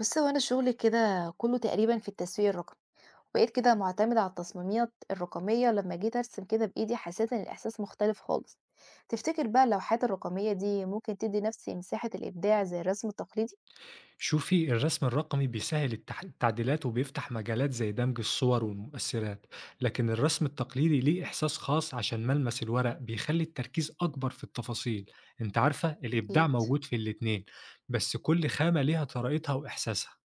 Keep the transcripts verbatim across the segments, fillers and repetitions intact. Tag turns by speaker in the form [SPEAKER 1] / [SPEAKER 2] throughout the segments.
[SPEAKER 1] بُصّ، هو أنا شغلي كده كلّه تقريبًا في التسويق الرقمي، بقيت كده معتمدة على التصميمات الرقمية، لمّا جيت أرسم كده بإيدي حسيت إن الإحساس مختلف خالص. تفتكر بقى اللوحات الرقمية دي ممكن تدّي نفسي مساحة الإبداع زي الرسم التقليدي؟
[SPEAKER 2] شوفي الرسم الرقمي بيسهل التح... التعديلات وبيفتح مجالات زي دمج الصور والمؤثرات. لكن الرسم التقليدي ليه إحساس خاص عشان ملمس الورق بيخلي التركيز أكبر في التفاصيل. انت عارفة الإبداع
[SPEAKER 1] أكيد.
[SPEAKER 2] موجود في الاتنين، بس كل خامة ليها طريقتها وإحساسها.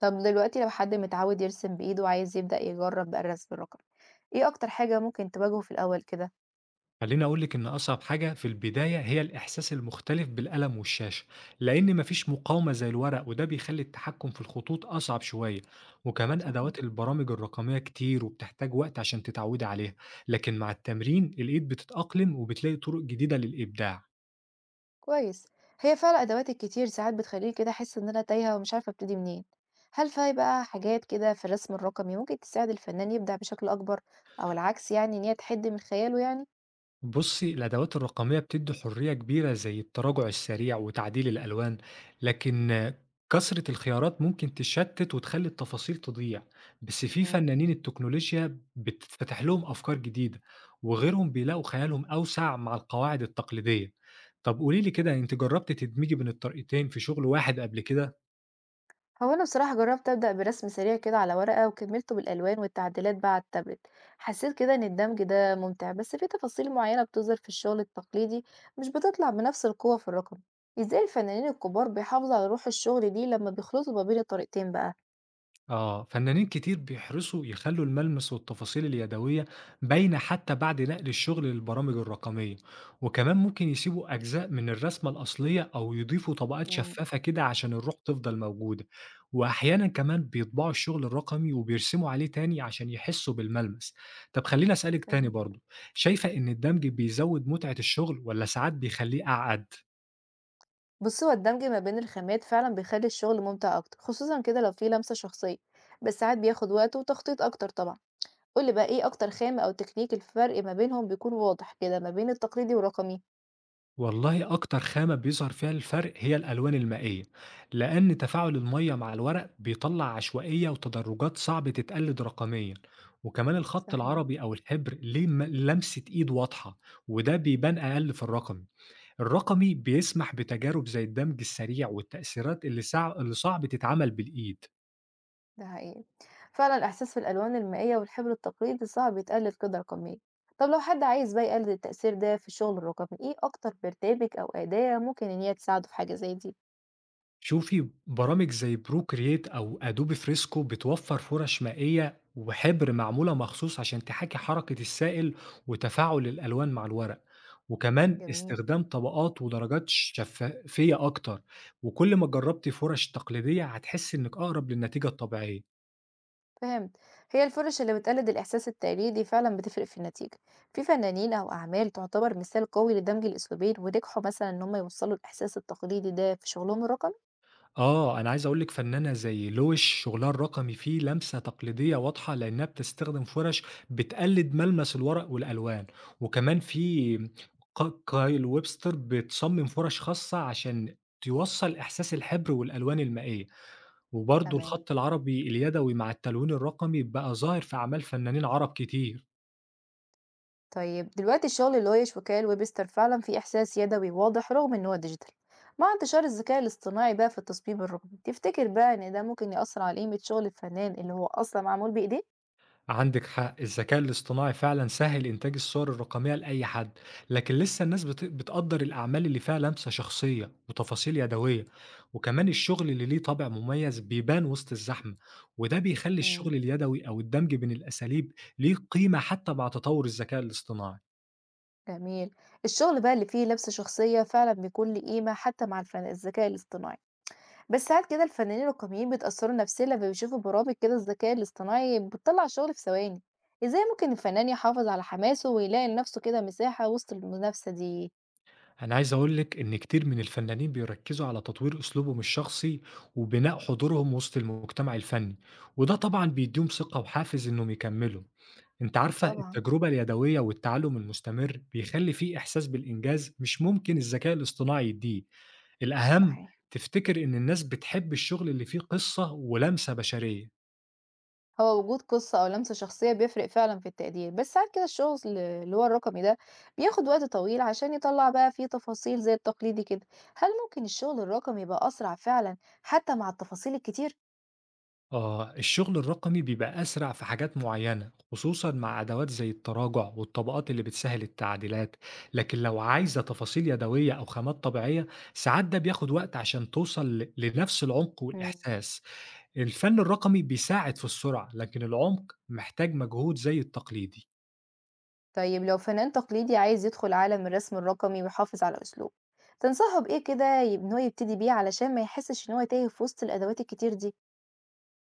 [SPEAKER 1] طب دلوقتي لو حد متعود يرسم بإيده وعايز يبدأ يجرّب بقى الرسم الرقمي، إيه أكتر حاجة ممكن تواجهه في الأول كده؟
[SPEAKER 2] خليني أقول لِك إن أصعب حاجة في البداية هي الإحساس المختلف بالألم والشاشة، لإن ما فيش مقاومة زي الورق وده بيخلّي التحكم في الخطوط أصعب شوية، وكمان
[SPEAKER 1] صحيح.
[SPEAKER 2] أدوات البرامج الرقمية كتير وبتحتاج وقت عشان تتعودي عليها، لكن مع التمرين الإيد بتتأقلم وبتلاقي طرق جديدة للإبداع.
[SPEAKER 1] كويس. هي فعلا ادوات الكتير ساعات بتخليني كده احس ان انا تايهه ومش عارفه ابتدي منين. هل في بقى حاجات كده في الرسم الرقمي ممكن تساعد الفنان يبدع بشكل اكبر، او العكس يعني ان هي تحد من خياله يعني؟
[SPEAKER 2] بُصّي، الأدوات الرقمية بتدّي حرية كبيرة زي التراجع السريع وتعديل الألوان، لكن كثرة الخيارات ممكن تشتِّت وتخلّي التفاصيل تضيع، بس في
[SPEAKER 1] امم.
[SPEAKER 2] فنانين التكنولوجيا بتتفتح لهم أفكار جديدة، وغيرهم بيلاقوا خيالهم أوسع مع القواعد التقليدية. طَب قولي لي كده،
[SPEAKER 1] تمام.
[SPEAKER 2] أنتِ جرّبتِ تدمجي بين الطريقتين في شغل واحد قبل كده؟
[SPEAKER 1] هو انا بصراحه جربت ابدا برسم سريع كده على ورقه وكملته بالالوان والتعديلات بقى على التابلت. حسيت كده ان الدمج ده ممتع، بس في تفاصيل معينه بتظهر في الشغل التقليدي مش بتطلع بنفس القوه في الرقم. ازاي الفنانين الكبار بيحافظوا على روح الشغل دي لما بيخلطوا ما بين الطريقتين بقى؟
[SPEAKER 2] آه، فنانين كتير بيحرصوا يخلوا الملمس والتفاصيل اليدوية باينة حتى بعد نقل الشغل للبرامج الرقمية، وكمان ممكن يسيبوا أجزاء من الرسمة الأصلية أو يضيفوا طبقات
[SPEAKER 1] امم.
[SPEAKER 2] شفافة كده عشان الروح تفضل موجودة. وأحيانا كمان بيطبعوا الشغل الرقمي وبيرسموا عليه تاني عشان يحسوا بالملمس. طب خليني أسألك تاني
[SPEAKER 1] فهمت.
[SPEAKER 2] برضو، شايفة إن الدمج بيزود متعة الشغل ولا ساعات بيخليه أعقد؟
[SPEAKER 1] بص، هو الدمج ما بين الخامات فعلا بيخلي الشغل ممتع اكتر، خصوصا كده لو فيه لمسة شخصية. بس ساعات بياخد وقت وتخطيط اكتر طبعا. قولي بقى، ايه اكتر خامة او تكنيك الفرق ما بينهم بيكون واضح كده ما بين التقليدي والرقمي؟
[SPEAKER 2] والله أكتر خامة بيظهر فيها الفرق هي الألوان المائية، لأن تفاعل المية مع الورق بيطلع عشوائية وتدرجات صعب تتقلد رقميا، وكمان الخط
[SPEAKER 1] صحيح.
[SPEAKER 2] العربي أو الحبر ليه م- لمسة إيد واضحة، وده بيبان أقل في الرقمي. الرقمي بيسمح بتجارب زي الدمج السريع والتأثيرات اللي, سع... اللي صعب تتعمل بالإيد.
[SPEAKER 1] ده حقيقي. فعلا الاحساس في الالوان المائية والحبر التقليدي صعب يتقلد كده رقميا. طب لو حد عايز بقى يقلد التأثير ده في الشغل الرقمي، ايه اكتر برنامج او أداة ممكن ان هي تساعده في حاجة زي دي؟
[SPEAKER 2] شوفي برامج زي بروكرييت أو أدوبي فريسكو بتوفر فرص مائية وحبر معمولة مخصوص عشان تحاكي حركة السائل وتفاعل الألوان مع الورق، وكمان
[SPEAKER 1] جميل.
[SPEAKER 2] استخدام طبقات ودرجات شفافية أكتر. وكل ما جربتي فرش تقليدية هتحسي إنك أقرب للنتيجة الطبيعية.
[SPEAKER 1] فهمت. هي الفرش اللي بتقلد الإحساس التقليدي فعلا بتفرق في النتيجة. في فنانين أو أعمال تعتبر مثال قوي لدمج الأسلوبين ونجحوا مثلا إن هم يوصلوا الإحساس التقليدي ده في شغلهم الرقمي؟
[SPEAKER 2] آه، أنا عايز أقول لِك فنانة زي لويش شغلها الرقمي فيه لمسة تقليدية واضحة، لإنها بتستخدم فرش بتقلد ملمس الورق والألوان، وكمان في ق كايل ويبستر بتصمم فرش خاصة عشان توصّل إحساس الحبر والألوان المائية، وبرضه
[SPEAKER 1] تمام.
[SPEAKER 2] الخط العربي اليدوي مع التلوين الرقمي بقى ظاهر في أعمال فنانين عرب كتير.
[SPEAKER 1] طيب دلوقتي الشغل اللي هو يشبكاه الويبستر فعلا فيه إحساس يدوي واضح رغم إن هو ديجيتال. مع انتشار الذكاء الاصطناعي بقى في التصميم الرقمي، تفتكر بقى إن ده ممكن يأثر على قيمة شغل الفنان اللي هو أصلا معمول بإيديه؟
[SPEAKER 2] عندِك حق، الذكاء الاصطناعي فعلًا سهِّل إنتاج الصور الرقمية لأي حد، لكن لسه الناس بت بتقدّر الأعمال اللي فيها لمسة شخصية وتفاصيل يدوية، وكمان الشغل اللي ليه طابع مميز بيبان وسط الزحمة، وده بيخلّي
[SPEAKER 1] مم.
[SPEAKER 2] الشغل اليدوي أو الدمج بين الأساليب ليه قيمة حتى مع تطوُّر الذكاء الاصطناعي.
[SPEAKER 1] جميل. الشغل بقى اللي فيه لمسة شخصية فعلا بيكون ليه قيمة حتى مع الفن- الذكاء الاصطناعي. بس ساعات كده الفنانين الرقميين بيتأثروا نفسيا لما بيشوفوا برامج كده الذكاء الاصطناعي بتطلع شغل في ثواني. ازاي ممكن الفنان يحافظ على حماسه ويلاقي لنفسه كده مساحة وسط المنافسة دي؟
[SPEAKER 2] أنا عايز أقول لِك إن كتير من الفنانين بيركّزوا على تطوير أسلوبهم الشخصي وبناء حضورهم وسط المجتمع الفني، وده طبعًا بيدّيهم ثقة وحافز إنهم يكمّلوا. أنتِ عارفة
[SPEAKER 1] طبعا.
[SPEAKER 2] التجربة اليدوية والتعلُّم المستمر بيخلّي في إحساس بالإنجاز مش ممكن الذكاء الاصطناعي يدّيه، الأهم
[SPEAKER 1] صحيح.
[SPEAKER 2] تفتكر إن الناس بتحب الشغل اللي فيه قصة ولمسة بشرية.
[SPEAKER 1] هو وجود قصة أو لمسة شخصية بيفرق فعلا في التقدير، بس ساعات كده الشغل اللي هو الرقمي ده بياخد وقت طويل عشان يطلع بقى فيه تفاصيل زي التقليدي كده. هل ممكن الشغل الرقمي يبقى أسرع فعلا حتى مع التفاصيل الكتير؟
[SPEAKER 2] آه، الشغل الرقمي بيبقى أسرع في حاجات معيّنة، خصوصًا مع أدوات زي التراجع والطبقات اللي بتسهّل التعديلات، لكن لو عايزة تفاصيل يدوية أو خامات طبيعية، ساعات ده بياخد وقت عشان توصل ل لنفس العمق
[SPEAKER 1] مم.
[SPEAKER 2] والإحساس. الفن الرقمي بيساعد في السرعة، لكن العمق محتاج مجهود زي التقليدي.
[SPEAKER 1] طيب لو فنان تقليدي عايز يدخل عالم الرسم الرقمي ويحافظ على أسلوبه، تنصحه بإيه كده يب- إن هو يبتدي بيه علشان ما يحسش إن هو تايه في وسط الأدوات الكتير دي؟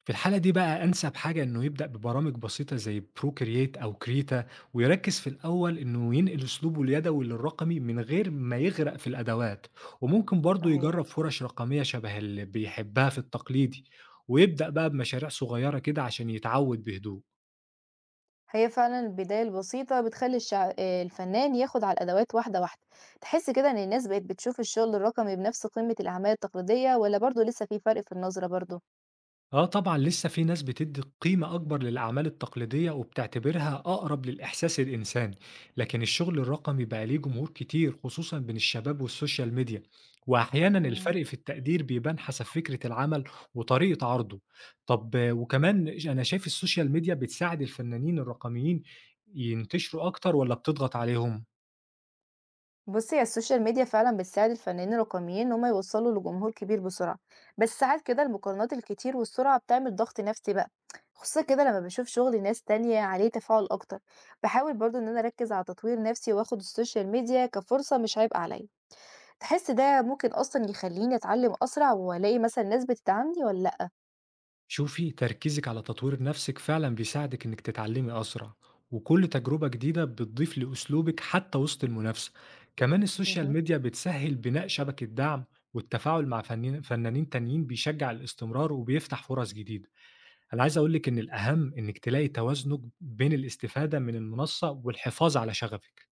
[SPEAKER 2] في الحالة دي بقى أنسب حاجة إنه يبدأ ببرامج بسيطة زي بروكرييت أو كريتا، ويركز في الأول إنه ينقل أسلوبه اليدوي للرقمي من غير ما يغرق في الأدوات، وممكن برضه يجرب
[SPEAKER 1] صحيح.
[SPEAKER 2] فرش رقمية شبه اللي بيحبها في التقليدي، ويبدأ بقى بمشاريع صغيرة كده عشان يتعود بهدوء.
[SPEAKER 1] هي فعلا البداية البسيطة بتخلي الشع... آه، الفنان ياخد على الأدوات واحدة واحدة. تحس كده إن الناس بقت بتشوف الشغل الرقمي بنفس قيمة الأعمال التقليدية، ولا برضه لسه في فرق في النظرة برضه؟
[SPEAKER 2] آه طبعًا لسه في ناس بتدّي قيمة أكبر للأعمال التقليدية وبتعتبرها أقرب للإحساس الإنساني، لكن الشغل الرقمي بقى ليه جمهور كتير خصوصًا بين الشباب والسوشيال ميديا، وأحيانًا
[SPEAKER 1] مم.
[SPEAKER 2] الفرق في التقدير بيبان حسب فكرة العمل وطريقة عرضه. طب آه، وكمان ش أنا شايف السوشيال ميديا بتساعد الفنانين الرقميين ينتشروا أكتر والّا بتضغط عليهم؟
[SPEAKER 1] بُصّي، هي السوشيال ميديا فعلًا بتساعد الفنانين الرقميين إن هم يوصّلوا لجمهور كبير بسرعة، بس ساعات كده المقارنات الكتير والسرعة بتعمل ضغط نفسي بقى، خصوصًا كده لمّا باشوف شغل ناس تانية عليه تفاعل أكتر، باحاول برضه إن أنا أركّز على تطوير نفسي وآخد السوشيال ميديا كفرصة مش عبء عليَّ. تحس ده ممكن أصلًا يخلّيني أتعلم أسرع وألاقي مثلًا ناس بتدعمني والّا لأ؟
[SPEAKER 2] شوفي تركيزك على تطوير نفسك فعلا بيساعدك انك تتعلمي اسرع، وكل تجربة جديدة بتضيف لأسلوبك حتى وسط المنافسة. كمان السوشيال
[SPEAKER 1] اهم.
[SPEAKER 2] ميديا بتسهل بناء شبكة دعم والتفاعل مع فنانين فنانين تانيين بيشجع الاستمرار وبيفتح فرص جديدة. أنا عايز أقولك إن الأهم إنك تلاقي توازنك بين الاستفادة من المنصة والحفاظ على شغفك.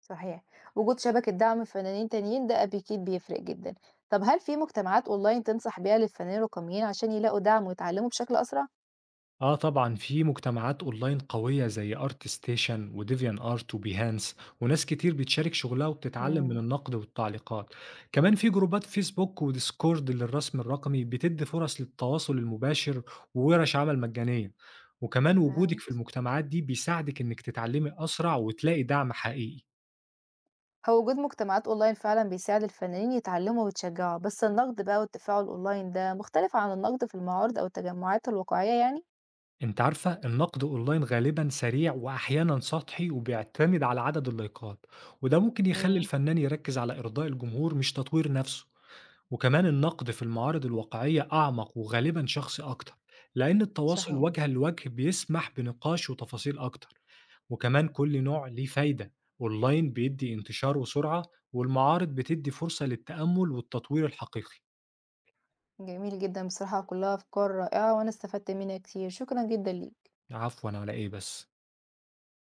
[SPEAKER 1] صحيح، وجود شبكة دعم من فنانين تانيين ده أكيد بيفرق جدًا. طب هل في مجتمعات أونلاين تنصح بيها للفنانين الرقميين عشان يلاقوا دعم ويتعلموا بشكل أسرع؟
[SPEAKER 2] آه طبعًا في مجتمعات أونلاين قوية زي ArtStation وDeviantArt وBehance، وناس كتير بتشارك شغلها وبتتعلم من
[SPEAKER 1] إمم.
[SPEAKER 2] النقد والتعليقات، كمان في جروبات فيسبوك وديسكورد للرسم الرقمي بتدي فرص للتواصل المباشر وورش عمل مجانية، وكمان وجودك في
[SPEAKER 1] فهمت.
[SPEAKER 2] المجتمعات دي بيساعدك إنك تتعلمي أسرع وتلاقي دعم حقيقي.
[SPEAKER 1] هو وجود مجتمعات أونلاين فعلًا بيساعد الفنانين يتعلموا ويتشجعوا، بس النقد بقى والتفاعل أونلاين ده مختلف عن النقد في المعارض أو التجمعات الواقعية يعني؟
[SPEAKER 2] أنتِ عارفة النقد أونلاين غالبًا سريع وأحيانًا سطحي وبيعتمد على عدد اللايكات، وده ممكن يخلي
[SPEAKER 1] إمم.
[SPEAKER 2] الفنان يركز على إرضاء الجمهور مش تطوير نفسه. وكمان النقد في المعارض الواقعية أعمق وغالبا شخصي أكتر لأن التواصل
[SPEAKER 1] صحيح.
[SPEAKER 2] وجها لوجه بيسمح بنقاش وتفاصيل أكتر. وكمان كل نوع ليه فايدة، أونلاين بيدي انتشار وسرعة، والمعارض بتدي فرصة للتأمل والتطوير الحقيقي.
[SPEAKER 1] جميل جدًا، بصراحة كلها أفكار رائعة وأنا استفدت منها كتير، شكرًا جدًا ليك.
[SPEAKER 2] عفوا، على إيه بس؟